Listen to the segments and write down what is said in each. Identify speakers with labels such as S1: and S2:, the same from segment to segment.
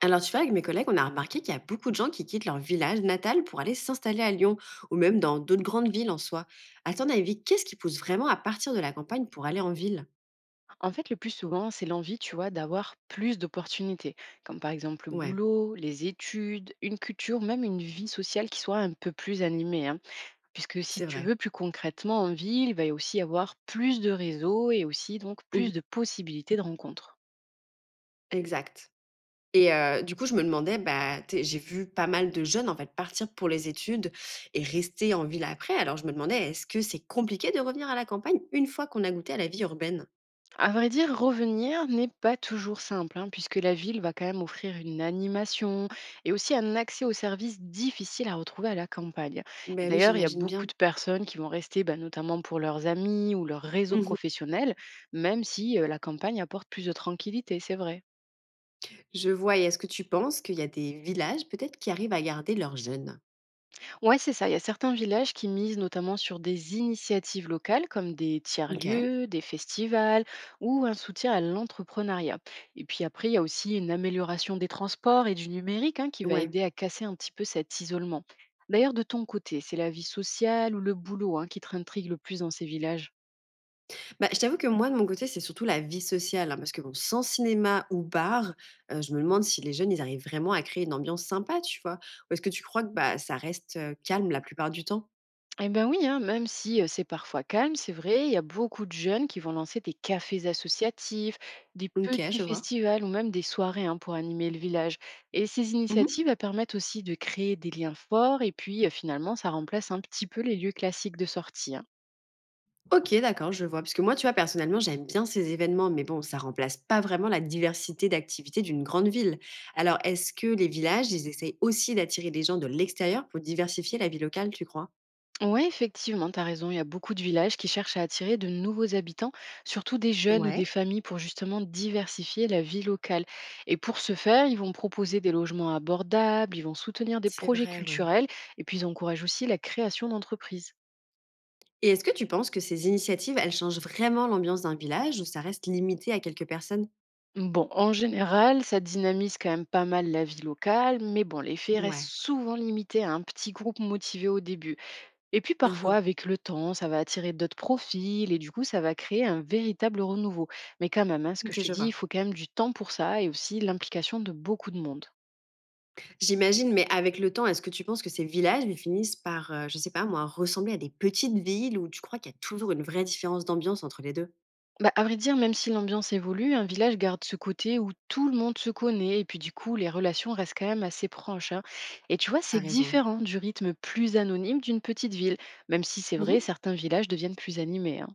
S1: Alors tu vois, avec mes collègues, on a remarqué qu'il y a beaucoup de gens qui quittent leur village natal pour aller s'installer à Lyon ou même dans d'autres grandes villes en soi. À ton avis, qu'est-ce qui pousse vraiment à partir de la campagne pour aller en ville?
S2: En fait, le plus souvent, c'est l'envie, tu vois, d'avoir plus d'opportunités, comme par exemple le
S1: Ouais,
S2: boulot, les études, une culture, même une vie sociale qui soit un peu plus animée, hein. Puisque si
S1: c'est
S2: tu
S1: vrai.
S2: veux plus concrètement en ville, il va y aussi avoir plus de réseaux et aussi donc
S1: Mhm.
S2: plus de possibilités de rencontres.
S1: Exact. Du coup, je me demandais, bah, j'ai vu pas mal de jeunes en fait partir pour les études et rester en ville après. Alors je me demandais, est-ce que c'est compliqué de revenir à la campagne une fois qu'on a goûté à la vie urbaine?
S2: À vrai dire, revenir n'est pas toujours simple, hein, puisque la ville va quand même offrir une animation et aussi un accès aux services difficiles à retrouver à la campagne. Et
S1: Ben oui,
S2: d'ailleurs, il y a
S1: j'imagine
S2: beaucoup
S1: bien.
S2: de personnes qui vont rester, bah, notamment pour leurs amis ou leur réseau
S1: Mhm.
S2: professionnel, même si la campagne apporte plus de tranquillité, c'est vrai.
S1: Je vois. Et est-ce que tu penses qu'il y a des villages peut-être qui arrivent à garder leurs jeunes?
S2: Ouais, c'est ça. Il y a certains villages qui misent notamment sur des initiatives locales comme des
S1: OK.
S2: tiers-lieux, des festivals ou un soutien à l'entrepreneuriat. Et puis après, il y a aussi une amélioration des transports et du numérique, hein, qui va
S1: Ouais.
S2: aider à casser un petit peu cet isolement. D'ailleurs, de ton côté, c'est la vie sociale ou le boulot, hein, qui t'intrigue le plus dans ces villages?
S1: Bah, je t'avoue que moi, de mon côté, c'est surtout la vie sociale, hein, parce que bon, sans cinéma ou bar, je me demande si les jeunes, ils arrivent vraiment à créer une ambiance sympa, tu vois? Ou est-ce que tu crois que, bah, ça reste, calme la plupart du temps?
S2: Eh ben oui, hein, même si c'est parfois calme, c'est vrai, il y a beaucoup de jeunes qui vont lancer des cafés associatifs, des
S1: OK,
S2: petits
S1: je vois.
S2: festivals ou même des soirées, hein, pour animer le village. Et ces
S1: Mmh.
S2: initiatives elles permettent aussi de créer des liens forts et puis finalement ça remplace un petit peu les lieux classiques de sortie, hein.
S1: OK, d'accord, je vois. Parce que moi, tu vois, personnellement, j'aime bien ces événements, mais bon, ça remplace pas vraiment la diversité d'activités d'une grande ville. Alors, est-ce que les villages, ils essayent aussi d'attirer des gens de l'extérieur pour diversifier la vie locale, tu crois?
S2: Oui, effectivement, tu as raison. Il y a beaucoup de villages qui cherchent à attirer de nouveaux habitants, surtout des jeunes ou des
S1: Ouais,
S2: familles, pour justement diversifier la vie locale. Et pour ce faire, ils vont proposer des logements abordables, ils vont soutenir des
S1: c'est
S2: projets
S1: vrai, ouais.
S2: culturels, et puis ils encouragent aussi la création d'entreprises.
S1: Et est-ce que tu penses que ces initiatives, elles changent vraiment l'ambiance d'un village ou ça reste limité à quelques personnes?
S2: Bon, en général, ça dynamise quand même pas mal la vie locale, mais bon, l'effet reste
S1: Ouais.
S2: souvent limité à un petit groupe motivé au début. Et puis parfois,
S1: Mmh.
S2: avec le temps, ça va attirer d'autres profils et du coup, ça va créer un véritable renouveau. Mais quand même, hein, ce que je
S1: OK,
S2: te
S1: je
S2: dis, il
S1: vois.
S2: faut quand même du temps pour ça et aussi l'implication de beaucoup de monde.
S1: J'imagine, mais avec le temps, est-ce que tu penses que ces villages, ils finissent par, je sais pas moi, ressembler à des petites villes ou tu crois qu'il y a toujours une vraie différence d'ambiance entre les deux?
S2: Bah, à vrai dire, même si l'ambiance évolue, un village garde ce côté où tout le monde se connaît et puis du coup, les relations restent quand même assez proches, hein. Et tu vois, c'est
S1: T'as raison.
S2: différent du rythme plus anonyme d'une petite ville, même si c'est vrai,
S1: Mmh.
S2: certains villages deviennent plus animés, hein.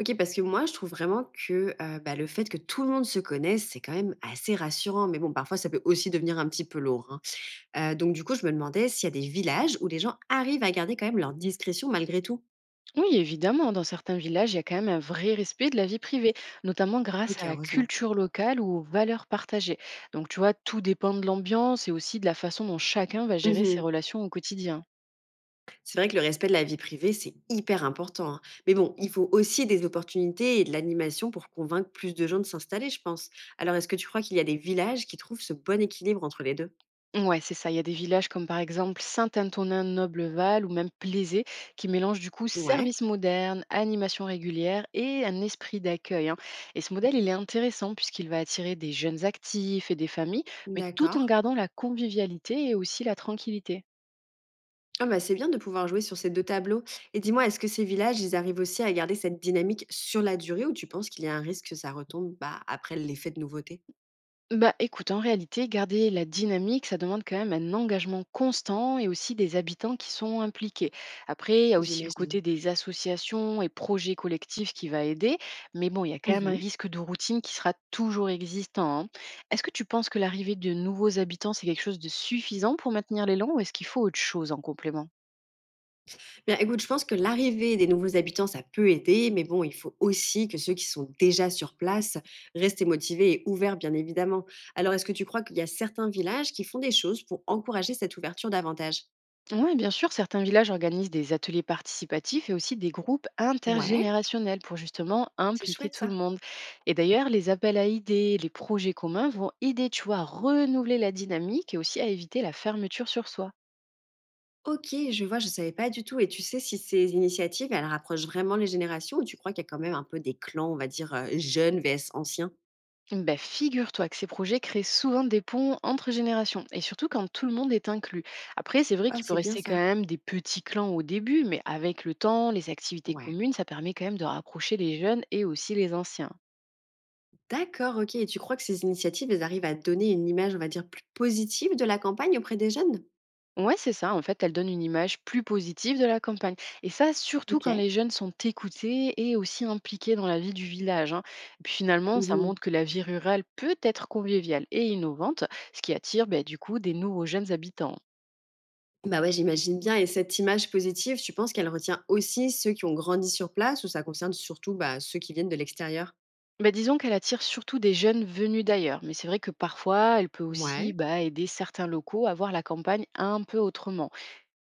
S1: OK, parce que moi, je trouve vraiment que, bah, le fait que tout le monde se connaisse, c'est quand même assez rassurant, mais bon, parfois, ça peut aussi devenir un petit peu lourd, hein. Donc du coup, je me demandais s'il y a des villages où les gens arrivent à garder quand même leur discrétion malgré tout?
S2: Oui, évidemment, dans certains villages, il y a quand même un vrai respect de la vie privée, notamment grâce
S1: OK,
S2: à la
S1: heureusement.
S2: culture locale ou aux valeurs partagées. Donc, tu vois, tout dépend de l'ambiance et aussi de la façon dont chacun va gérer ses
S1: Mmh.
S2: relations au quotidien.
S1: C'est vrai que le respect de la vie privée, c'est hyper important, hein. Mais bon, il faut aussi des opportunités et de l'animation pour convaincre plus de gens de s'installer, je pense. Alors, est-ce que tu crois qu'il y a des villages qui trouvent ce bon équilibre entre les deux?
S2: Ouais, c'est ça. Il y a des villages comme par exemple Saint-Antonin-Noble-Val ou même Plaisé qui mélangent du coup
S1: Ouais,
S2: service moderne, animation régulière et un esprit d'accueil, hein. Et ce modèle, il est intéressant puisqu'il va attirer des jeunes actifs et des familles, mais tout en
S1: d'accord.
S2: gardant la convivialité et aussi la tranquillité.
S1: Ah bah, c'est bien de pouvoir jouer sur ces 2 tableaux. Et dis-moi, est-ce que ces villages, ils arrivent aussi à garder cette dynamique sur la durée ou tu penses qu'il y a un risque que ça retombe, bah, après l'effet de nouveauté?
S2: Bah, écoute, en réalité, garder la dynamique, ça demande quand même un engagement constant et aussi des habitants qui sont impliqués. Après, il y a aussi le
S1: J'imagine.
S2: côté des associations et projets collectifs qui va aider, mais bon, il y a quand même un
S1: Mmh.
S2: risque de routine qui sera toujours existant, hein. Est-ce que tu penses que l'arrivée de nouveaux habitants, c'est quelque chose de suffisant pour maintenir l'élan ou est-ce qu'il faut autre chose en complément?
S1: Bien, écoute, je pense que l'arrivée des nouveaux habitants, ça peut aider, mais bon, il faut aussi que ceux qui sont déjà sur place restent motivés et ouverts, bien évidemment. Alors, est-ce que tu crois qu'il y a certains villages qui font des choses pour encourager cette ouverture davantage?
S2: Oui, bien sûr, certains villages organisent des ateliers participatifs et aussi des groupes
S1: Ouais,
S2: intergénérationnels pour justement
S1: c'est
S2: impliquer
S1: chouette
S2: tout
S1: ça.
S2: le monde. Et d'ailleurs, les appels à idées, les projets communs vont aider, tu vois, à renouveler la dynamique et aussi à éviter la fermeture sur soi.
S1: Ok, je vois, je savais pas du tout. Et tu sais si ces initiatives, elles rapprochent vraiment les générations ou tu crois qu'il y a quand même un peu des clans, on va dire, jeunes vs anciens?
S2: Ben, figure-toi que ces projets créent souvent des ponts entre générations, et surtout quand tout le monde est inclus. Après, c'est vrai
S1: Ah,
S2: qu'il peut
S1: c'est bien
S2: rester quand
S1: ça.
S2: même des petits clans au début, mais avec le temps, les activités
S1: Ouais.
S2: communes, ça permet quand même de rapprocher les jeunes et aussi les anciens.
S1: D'accord, ok. Et tu crois que ces initiatives, elles arrivent à donner une image, on va dire, plus positive de la campagne auprès des jeunes?
S2: Ouais, c'est ça. En fait, elle donne une image plus positive de la campagne. Et ça, surtout quand
S1: OK.
S2: les jeunes sont écoutés et aussi impliqués dans la vie du village, hein. Et puis finalement, ça
S1: Mmh.
S2: montre que la vie rurale peut être conviviale et innovante, ce qui attire ben, du coup des nouveaux jeunes habitants.
S1: Bah, ouais, j'imagine bien et cette image positive, tu penses qu'elle retient aussi ceux qui ont grandi sur place ou ça concerne surtout, bah, ceux qui viennent de l'extérieur?
S2: Ben, disons qu'elle attire surtout des jeunes venus d'ailleurs, mais c'est vrai que parfois, elle peut aussi
S1: Ouais.
S2: bah, aider certains locaux à voir la campagne un peu autrement.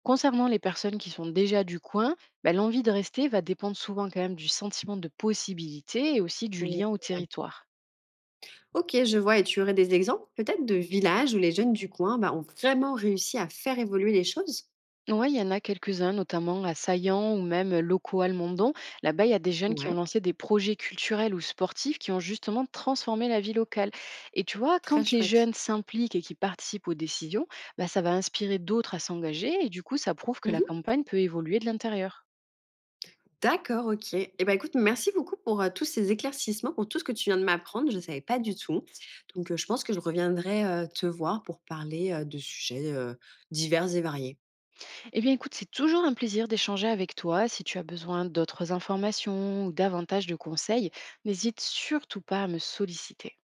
S2: Concernant les personnes qui sont déjà du coin, bah, l'envie de rester va dépendre souvent quand même du sentiment de possibilité et aussi du
S1: Mmh,
S2: lien au territoire.
S1: OK, je vois et tu aurais des exemples peut-être de villages où les jeunes du coin, bah, ont vraiment réussi à faire évoluer les choses?
S2: Oui, il y en a quelques-uns, notamment à Saillant ou même locaux Almondon. Là-bas, il y a des jeunes qui ont
S1: Ouais,
S2: lancé des projets culturels ou sportifs qui ont justement transformé la vie locale. Et tu vois,
S1: très
S2: quand les
S1: chouette.
S2: jeunes s'impliquent et qui participent aux décisions, bah, ça va inspirer d'autres à s'engager et du coup, ça prouve que la
S1: Mmh.
S2: campagne peut évoluer de l'intérieur.
S1: D'accord, OK et ben écoute, merci beaucoup pour, tous ces éclaircissements, pour tout ce que tu viens de m'apprendre. Je ne savais pas du tout donc je pense que je reviendrai, te voir pour parler, de sujets, divers et variés.
S2: Eh bien, écoute, c'est toujours un plaisir d'échanger avec toi. Si tu as besoin d'autres informations ou davantage de conseils, n'hésite surtout pas à me solliciter.